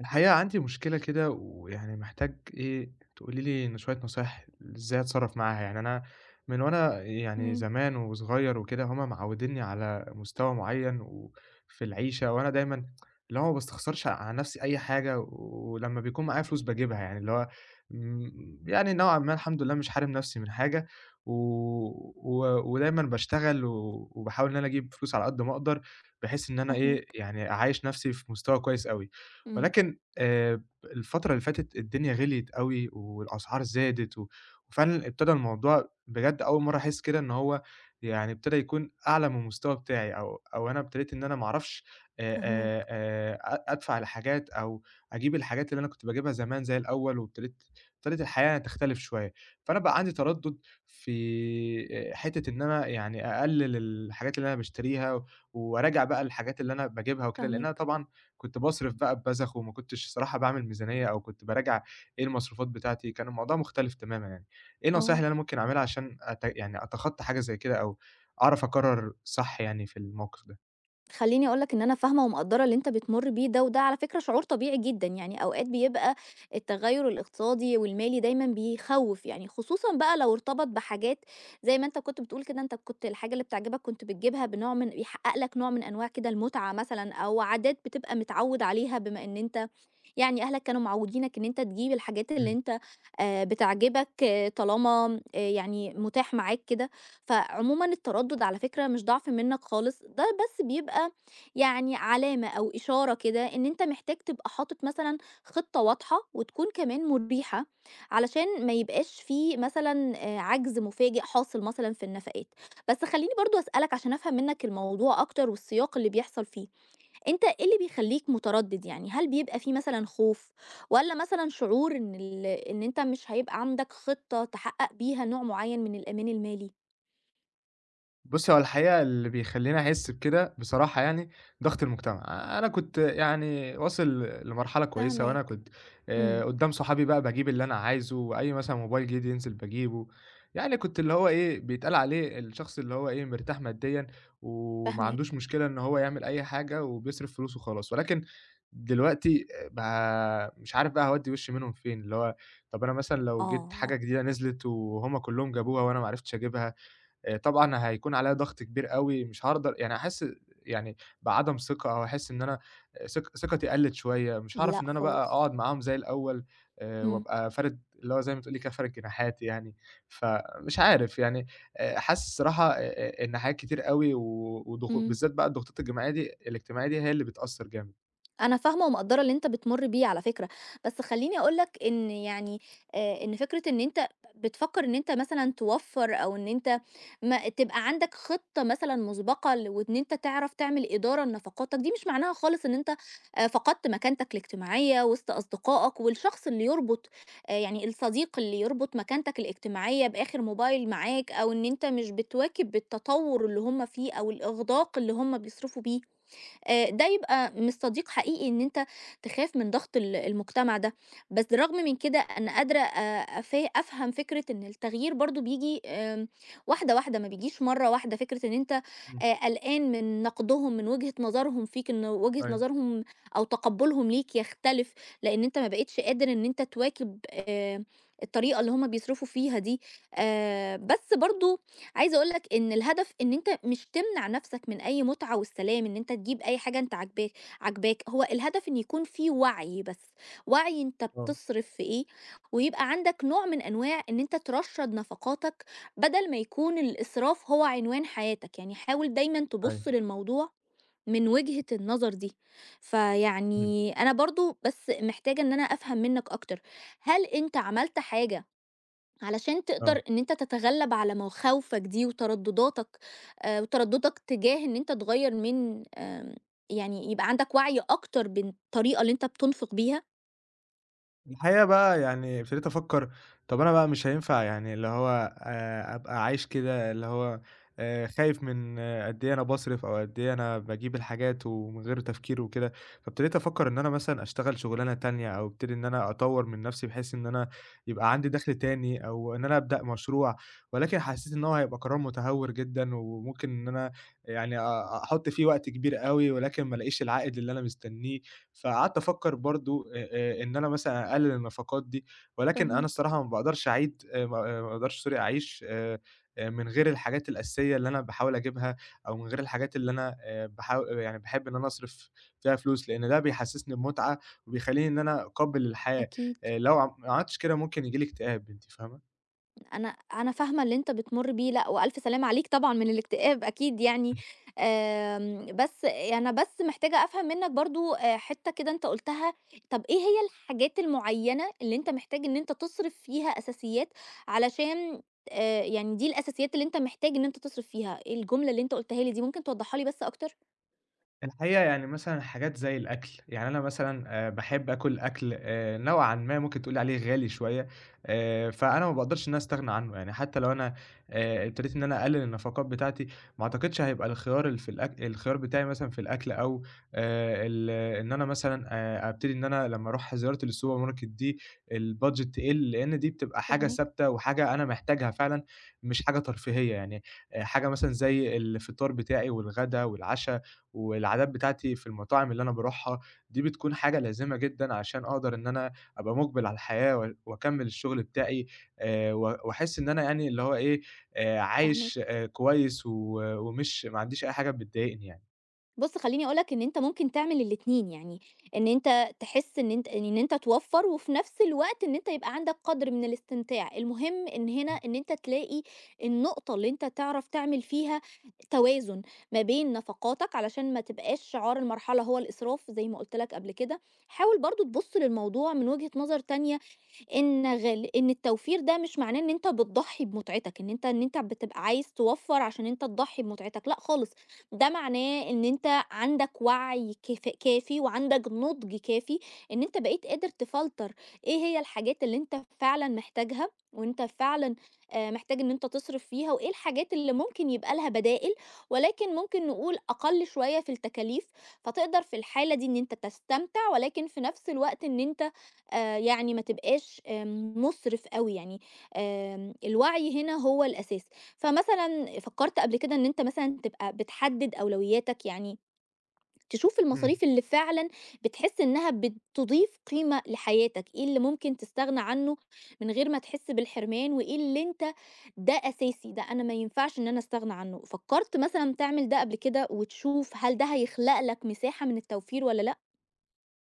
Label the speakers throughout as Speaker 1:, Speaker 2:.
Speaker 1: الحقيقة عندي مشكلة كده ويعني محتاج إيه تقولي لي شوية نصايح. إزاي أتصرف معاها؟ يعني أنا من وأنا يعني
Speaker 2: تمام،
Speaker 1: زمان وصغير وكده هما معوديني على مستوى معين وفي العيشة، وأنا دايما اللي هو ما بستخسرش على نفسي أي حاجة، ولما بيكون معايا فلوس بجيبها، يعني اللي هو يعني نوعا ما الحمد لله مش حارم نفسي من حاجة. و... ودايما بشتغل وبحاول إن أنا أجيب فلوس على قد ما أقدر، بحيث إن أنا إيه،
Speaker 2: فاهماك،
Speaker 1: يعني أعايش نفسي في مستوى كويس أوي.
Speaker 2: إمم،
Speaker 1: ولكن الفترة اللي فاتت الدنيا غِليِت أوي والأسعار زادت، و وفعلًا ابتدى الموضوع بجد. أول مرّة أحس كده إن هو يعني ابتدى يكون أعلى من المستوى بتاعي، أو أنا ابتديت إن أنا ما أعرفش آآ
Speaker 2: فاهماك،
Speaker 1: أ أدفع لحاجات، أو أجيب الحاجات اللي أنا كنت باجيبها زمان زي الأول، ابتدت الحياة تختلف شوية. فأنا بقى عندي تردُّد في حتّة إن أنا يعني أقلِّل الحاجات اللي أنا باشتريها، وأراجع بقى الحاجات اللي أنا باجيبها وكده، لإنّها
Speaker 2: فاهماك،
Speaker 1: طبعًا كنت باصرف بقى ببذخ، وما كنتش الصراحة باعمل ميزانية أو كنت باراجع إيه المصروفات بتاعتي. كان الموضوع مختلف تمامًا يعني. إيه النصايح
Speaker 2: آه،
Speaker 1: اللي أنا ممكن أعملها عشان يعني أتخطى حاجة زي كده، أو أعرف أقرر صح يعني في الموقف ده؟
Speaker 2: خلّيني أقول لك إن أنا فاهمة ومقدّرة اللي أنت بتمُر بيه ده، وده على فكرة شعور طبيعي جدًا، يعني أوقات بيبقى التغيُّر الاقتصادي والمالي دايمًا بيخوّف يعني، خصوصًا بقى لو ارتبط بحاجات زي ما أنت كنت بتقول كده، أنت كنت الحاجة اللي بتعجبك كنت بتجيبها بنوع من بيحقق لك نوع من أنواع كده المتعة مثلًا، أو عادات بتبقى متعوّد عليها بما إن أنت يعني أهلك كانوا معوّدينك إن أنت تجيب الحاجات اللي
Speaker 1: إمم.
Speaker 2: أنت بتعجبك طالما يعني متاح معاك كده، فعمومًا التردُّد على فكرة مش ضعف منّك خالص، ده بس بيبقى يعني علامة أو إشارة كده إن أنت محتاج تبقى حاطط مثلًا خطة واضحة وتكون كمان مُريحة، علشان ما يبقاش في مثلًا عَجْز مفاجئ حاصل مثلًا في النفقات. بس خلّيني برضه أسألك عشان أفهم منّك الموضوع أكتر والسياق اللي بيحصل فيه، أنت إيه اللي بيخلّيك متردد يعني؟ هل بيبقى في مثلًا خوف، والّا مثلًا شعور إن أنت مش هيبقى عندك خطة تحقق بيها نوع معين من الأمان المالي؟
Speaker 1: بُصّي، هو الحقيقة اللي بيخلّيني أحس بكده بصراحة يعني ضغط المجتمع. أنا كنت يعني واصل لمرحلة كويسة، وأنا
Speaker 2: فاهماك،
Speaker 1: كنت
Speaker 2: إمم،
Speaker 1: قدّام صحابي بقى باجيب اللي أنا عايزه، وأي مثلًا موبايل جديد ينزل باجيبه، يعني كنت اللي هو إيه، بيتقال عليه الشخص اللي هو إيه، مرتاح ماديًا وما عندوش
Speaker 2: فاهماك.
Speaker 1: مشكلة إن هو يعمل أي حاجة وبيصرف فلوسه وخلاص. ولكن دلوقتي بقى مش عارف بقى هاودّي وشّي منهم فين، اللي هو طَب أنا مثلًا لو جِبت حاجة
Speaker 2: آه.
Speaker 1: جديدة نزلت وهُم كلّهم جابوها وأنا ما عرفتش أجيبها، طبعًا هيكون عليّا ضغط كبير أوي، مش هاقدر يعني هاحس يعني بعدم ثقة، أو هاحس إن أنا آه، ثق ثقتي قَلِّت شوية، مش هاعرف
Speaker 2: لأ
Speaker 1: إن أنا بقى
Speaker 2: خالص.
Speaker 1: أقعد معاهم زي الأول،
Speaker 2: إمم،
Speaker 1: وأبقى فارد اللي هو زي ما تقولي كده فارد جناحاتي يعني. فمش عارف يعني حاسس الصراحة إن حاجات كتير أوي، و
Speaker 2: إمم.
Speaker 1: بالذات بقى الضغوطات الجماعية دي الاجتماعية دي هي اللي بتأثّر جامد.
Speaker 2: أنا فاهمة ومقدّرة اللي أنت بتمُر بيه على فكرة، بس خلّيني أقول لك إن يعني إن فكرة إن أنت بتفكّر إن أنت مثلًا توفّر أو إن أنت ما تبقى عندك خطة مثلًا مُسبقة وإن أنت تعرف تعمل إدارة لنفقاتك، دي مش معناها خالص إن أنت فقدت مكانتك الاجتماعية وسط أصدقائك، والشخص اللي يربط يعني الصديق اللي يربط مكانتك الاجتماعية بآخر موبايل معاك أو إن أنت مش بتواكب التطوّر اللي هُم فيه أو الإغداق اللي هُم بيصرفوا بيه. ده يبقى مش صديق حقيقي إن أنت تخاف من ضغط المجتمع ده، بس رغم من كده أنا قادرة أ أف أفهم فكرة إن التغيير برضه بييجي واحدة، واحدة، ما بيجيش مرّة واحدة، فكرة إن أنت
Speaker 1: إمم.
Speaker 2: قلقان من نقدهم، من وجهة نظرهم فيك، إن وجهة
Speaker 1: أيوه،
Speaker 2: نظرهم أو تقبُّلهم ليك يختلف، لإن أنت ما بقيتش قادر إن أنت تواكب الطريقة اللي هُم بيصرفوا فيها دي، بس برضه عايزة اقول لك إن الهدف إن أنت مش تمنع نفسك من أي متعة والسلام، إن أنت تجيب أي حاجة أنت عاجباك، هو الهدف إن يكون في وعي بس، وعي أنت
Speaker 1: آه،
Speaker 2: بتصرف في إيه، ويبقى عندك نوع من أنواع إن أنت ترشّد نفقاتك بدل ما يكون الإسراف هو عنوان حياتك، يعني حاول دايمًا
Speaker 1: أيوه،
Speaker 2: تبُص للموضوع من وجهة النظر دي.
Speaker 1: إمم،
Speaker 2: فيعني أنا برضه بس محتاجة إن أنا أفهم منّك أكتر، هل أنت عملت حاجة علشان
Speaker 1: آه.
Speaker 2: تقدر إن أنت تتغلب على مخاوفك دي وتردداتك وترددك تجاه إن أنت تغيّر من يعني يبقى عندك وعي أكتر بالطريقة اللي أنت بتنفق بيها؟
Speaker 1: الحقيقة بقى يعني ابتديت أفكّر، طَب أنا بقى مش هينفع يعني اللي هو أبقى عايش كده، اللي هو خايف من، قد إيه أنا باصرف، أو قد إيه أنا باجيب الحاجات ومن غير تفكير وكده. فابتديت أفكّر إن أنا مثلًا أشتغل شُغلانة تانية، أو أبتدي إن أنا أطوّر من نَفْسي بحيث إن أنا يبقى عندي دَخْل تاني، أو إن أنا أبدأ مشروع. ولكن حسّيت إن هو هيبقى قرار متهوِّر جدًا، وممكن إن أنا يعني أحُط فيه وقت كبير أوي، ولكن ما ألاقيش العائد اللي أنا مستنّيه. فقعدت أفكّر برضه إن أنا مثلًا أقلِّل النفقات دي. ولكن أنا
Speaker 2: فاهماك.
Speaker 1: الصراحة ما باقدرش أعيد ما آه، ما باقدرش sorry أعيش من غير الحاجات الأساسية اللي أنا باحاول أجيبها، أو من غير الحاجات اللي أنا باحاو يعني باحب إن أنا أصرف فيها فلوس، لإن ده بيحسّسني بمتعة وبيخلّيني إن أنا أقبّل الحياة.
Speaker 2: أكيد.
Speaker 1: لو ما عملتش كده ممكن ييجي لي اكتئاب، أنتِ فاهمة؟
Speaker 2: أنا أنا فاهمة اللي أنت بتمُر بيه، لأ وألف سلامة عليك طبعًا من الاكتئاب أكيد يعني، بس أنا بس محتاجة أفهم منّك برضه حتّة كده أنت قُلتها، طَب إيه هي الحاجات المعيّنة اللي أنت محتاج إن أنت تصرف فيها أساسيات علشان يعني دي الأساسيات اللي أنت محتاج إن أنت تصرف فيها، إيه الجملة اللي أنت قُلتها لي دي ممكن توضّحها لي بس أكتر؟
Speaker 1: الحقيقة يعني مثلًا حاجات زي الأكل. يعني أنا مثلًا باحب آكل أكل نوعًا ما ممكن تقول عليه غالي شوية. فأنا ما باقدرش إن أنا أستغنى عنه. يعني حتى لو أنا ابتديت إن أنا أقلل النفقات بتاعتي، ما أعتقدش هيبقى الخيار اللي في الخيار بتاعي مثلًا في الأكل، أو ال إن أنا مثلًا أبتدي إن أنا لمّا أروح زيارة السوبر ماركت دي البادجت تقل، لإن دي بتبقى حاجة
Speaker 2: فاهماك،
Speaker 1: ثابتة وحاجة أنا محتاجها فعلًا، مش حاجة ترفيهية يعني. حاجة مثلًا زي الفطار بتاعي والغدا والعشا. والعادات بتاعتي في المطاعم اللي أنا باروحها دي بتكون حاجة لازمة جدًا عشان أقدر إن أنا أبقى مُقبِل على الحياة، و وأكمّل الشغل بتاعي، و وأحس إن أنا يعني اللي هو إيه، عايش
Speaker 2: فاهماك.
Speaker 1: كويس، و ما عنديش أي حاجة بتضايقني يعني.
Speaker 2: بُص، خلّيني أقول لك إن أنت ممكن تعمل الاتنين، يعني إن أنت تحس إن أنت توفّر وفي نفس الوقت إن أنت يبقى عندك قدْر من الاستمتاع، المهم إن هنا إن أنت تلاقي النقطة اللي أنت تعرف تعمل فيها توازن ما بين نفقاتك علشان ما تبقاش شعار المرحلة هو الإسراف زي ما قُلت لك قبل كده، حاول برضه تبُص للموضوع من وجهة نظر تانية إن التوفير ده مش معناه إن أنت بتضحّي بمتعتك، إن أنت بتبقى عايز توفّر عشان أنت تضحّي بمتعتك، لأ خالص، ده معناه إن أنت عندك وعي كافي وعندك نضج كافي إن أنت بقيت قادر تفلتر إيه هي الحاجات اللي أنت فعلًا محتاجها، وأنت فعلًا محتاج إن أنت تصرف فيها، وإيه الحاجات اللي ممكن يبقى لها بدائل، ولكن ممكن نقول أقل شوية في التكاليف، فتقدر في الحالة دي إن أنت تستمتع، ولكن في نفس الوقت إن أنت يعني ما تبقاش مُسرف أوي يعني، الوعي هنا هو الأساس. فمثلًا فكرت قبل كده إن أنت مثلًا تبقى بتحدد أولوياتك، يعني تشوف
Speaker 1: إمم.
Speaker 2: المصاريف اللي فعلًا بتحس إنها بتضيف قيمة لحياتك، إيه اللي ممكن تستغنى عنه من غير ما تحس بالحرمان، وإيه اللي أنت ده أساسي، ده أنا ما ينفعش إن أنا أستغنى عنه. فكرت مثلًا تعمل ده قبل كده وتشوف هل ده هيخلق لك مساحة من التوفير والّا لأ؟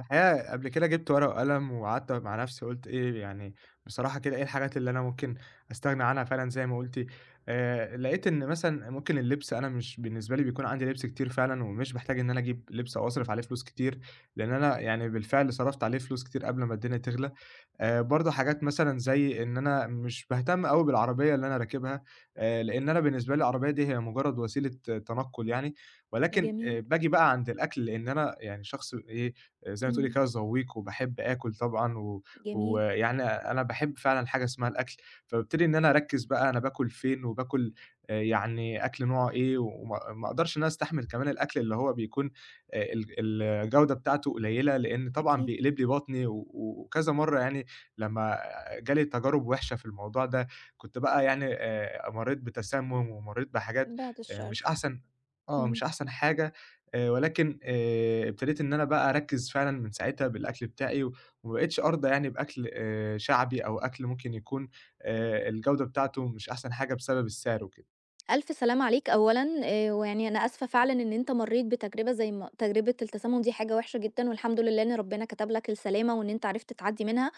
Speaker 1: الحقيقة قبل كده جِبت ورقة وقلم وقعدت مع نفسي. قُلت إيه يعني بصراحة كده إيه الحاجات اللي أنا ممكن أستغنى عنها فعلًا زي ما قُلتِ. لقيت إن مثلًا ممكن اللبس، أنا مش بالنسبة لي بيكون عندي لبس كتير فعلًا، ومش باحتاج إن أنا أجيب لبس أو أصرف عليه فلوس كتير، لإن أنا يعني بالفعل صرفت عليه فلوس كتير قبل ما الدنيا تغلى. برضه حاجات مثلًا زي إن أنا مش باهتم أوي بالعربية اللي أنا راكبها، لإن أنا بالنسبة لي العربية دي هي مجرد وسيلة تنقل يعني. ولكن
Speaker 2: جميل،
Speaker 1: باجي بقى عند الأكل، لإن أنا يعني شخص إيه، زي ما تقولي
Speaker 2: إمم،
Speaker 1: كده زوّيق، وباحب آكل طبعًا، و
Speaker 2: جميل،
Speaker 1: ويعني أنا باحب فعلًا حاجة اسمها الأكل. فبابتدي إن أنا أركّز، بقى أنا باكل فين وباكل يعني أكل نوعه إيه. وما ما أقدرش إن أنا أستحمل كمان الأكل اللي هو بيكون ال الجودة بتاعته قليلة، لإن طبعًا
Speaker 2: أكيد.
Speaker 1: بيقلب لي بطني، و وكذا مرّة يعني لمّا جالي تجارب وِحشة في الموضوع ده. كنت بقى يعني مرّيت بتسمُّم ومرّيت بحاجات.
Speaker 2: بعد
Speaker 1: آآ مش
Speaker 2: الشر.
Speaker 1: أحسن
Speaker 2: إمم.
Speaker 1: مش أحسن حاجة. ولكن ابتديت إن أنا بقى أركّز فعلًا من ساعتها بالأكل بتاعي، وما بقيتش أرضى يعني بأكل شعبي، أو أكل ممكن يكون الجودة بتاعته مش أحسن حاجة بسبب السعر وكده.
Speaker 2: ألف سلام عليك أولًا، ويعني أنا آسفة فعلًا إن أنت مرّيت بتجربة زي ما تجربة التسمم دي حاجة وحشة جدًا، والحمد لله إن ربنا كتب لك السلامة وإن أنت عرفت تعدّي منها،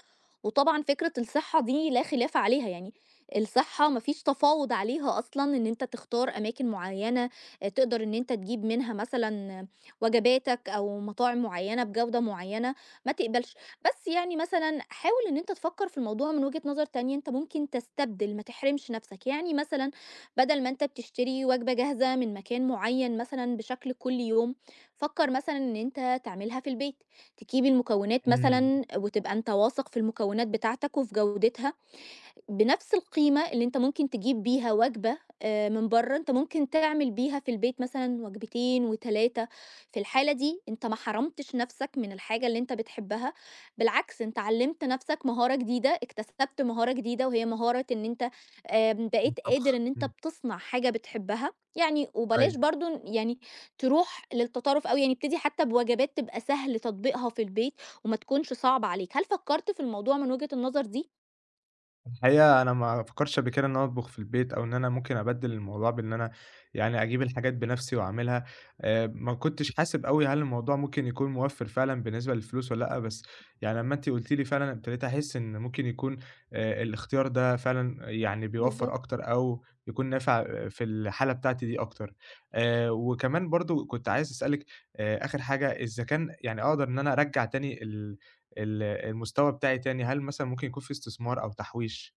Speaker 2: وطبعًا فكرة الصحة دي لا خلاف عليها يعني، الصحة ما فيش تفاوض عليها أصلًا إن أنت تختار أماكن معيّنة تقدر إن أنت تجيب منها مثلًا وجباتك أو مطاعم معيّنة بجودة معيّنة ما تقبلش، بس يعني مثلًا حاول إن أنت تفكّر في الموضوع من وجهة نظر تانية، أنت ممكن تستبدل ما تحرمش نَفْسك، يعني مثلًا بدل ما أنت بتشتري وجبة جاهزة من مكان معين مثلًا بشكل كل يوم، فكر مثلًا إن أنت تعملها في البيت، تجيب المكونات
Speaker 1: إمم.
Speaker 2: مثلًا وتبقى أنت واثق في المكونات بتاعتك وفي جودتها بنفس القيمة اللي أنت ممكن تجيب بيها وجبة من بره أنت ممكن تعمل بيها في البيت مثلا وجبتين وتلاتة في الحالة دي أنت ما حرمتش نفسك من الحاجة اللي أنت بتحبها بالعكس أنت علمت نفسك مهارة جديدة اكتسبت مهارة جديدة وهي مهارة أن أنت بقيت قادر
Speaker 1: طبخ،
Speaker 2: أن أنت
Speaker 1: إمم.
Speaker 2: بتصنع حاجة بتحبها يعني وبلاش
Speaker 1: أيوه.
Speaker 2: برضو يعني تروح للتطرف أوي يعني ابتدي حتى بوجبات تبقى سهل تطبيقها في البيت وما تكونش صعبة عليك هل فكرت في الموضوع من وجهة النظر دي؟
Speaker 1: الحقيقة أنا ما فكرتش قبل كده إن أنا أطبخ في البيت، أو إن أنا ممكن أبدِّل الموضوع بإن أنا يعني أجيب الحاجات بنفسي وأعملها. ما كنتش حاسب أوي هل الموضوع ممكن يكون موفّر فعلًا بالنسبة للفلوس والّا لأ. بس يعني لمّا أنتِ قُلتِ لي فعلًا ابتديت أحس إن ممكن يكون الاختيار ده فعلًا يعني بيوفّر
Speaker 2: بالظبط
Speaker 1: أكتر، أو يكون نافع في الحالة بتاعتي دي أكتر. وكمان برضه كنت عايز أسألِك آخر حاجة، إذا كان يعني أقدر إن أنا أرجّع تاني ال ال المستوى بتاعي تاني، هل مثلًا ممكن يكون في استثمار أو تحويش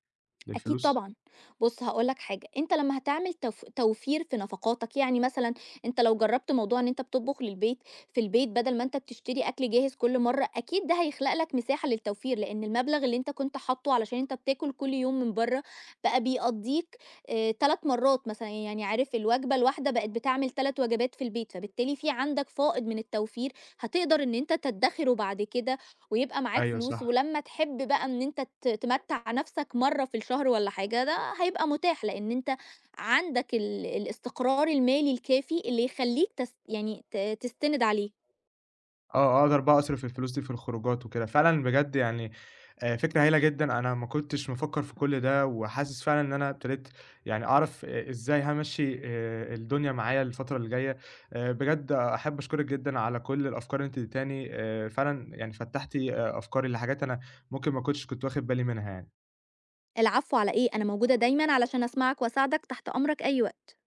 Speaker 2: أكيد
Speaker 1: للفلوس؟
Speaker 2: طبعًا. بُص هاقول لك حاجة، أنت لمّا هتعمل توفير في نفقاتك، يعني مثلًا أنت لو جرّبت موضوع إن أنت بتطبخ للبيت في البيت بدل ما أنت بتشتري أكل جاهز كل مرّة، أكيد ده هيخلق لك مساحة للتوفير، لإن المبلغ اللي أنت كنت حاطّه علشان أنت بتاكل كل يوم من برّه، بقى بيقضّيك 3 مرّات مثلًا، يعني عارف الوجبة الواحدة بقت بتعمل 3 وجبات في البيت، فبالتالي في عندك فائض من التوفير هتقدر إن أنت تدّخره بعد كده ويبقى معاك
Speaker 1: أيوه
Speaker 2: فلوس،
Speaker 1: صح،
Speaker 2: ولمّا تحب بقى إن أنت تمتّع نَفْسك مرّة في الشهر والّا حاجة، ده هيبقى متاح لإن أنت عندك الاستقرار المالي الكافي اللي يخلّيك يعني تستند عليه.
Speaker 1: أقدر بقى أصرف الفلوس دي في الخروجات وكده. فعلًا بجد يعني، فكرة هايلة جدًا. أنا ما كنتش مفكّر في كل ده، وحاسس فعلًا إن أنا ابتديت يعني أعرف إزاي هامشّي الدنيا معايا الفترة اللي جاية. بجد أحب أشكرِك جدًا على كل الأفكار اللي أنتِ اديتيهاني، فعلًا يعني فتّحتِ أفكاري لحاجات أنا ممكن ما كنتش كنت واخد بالي منها يعني.
Speaker 2: العفو على إيه، أنا موجودة دايمًا علشان أسمعك وأساعدك، تحت أمرك أي وقت.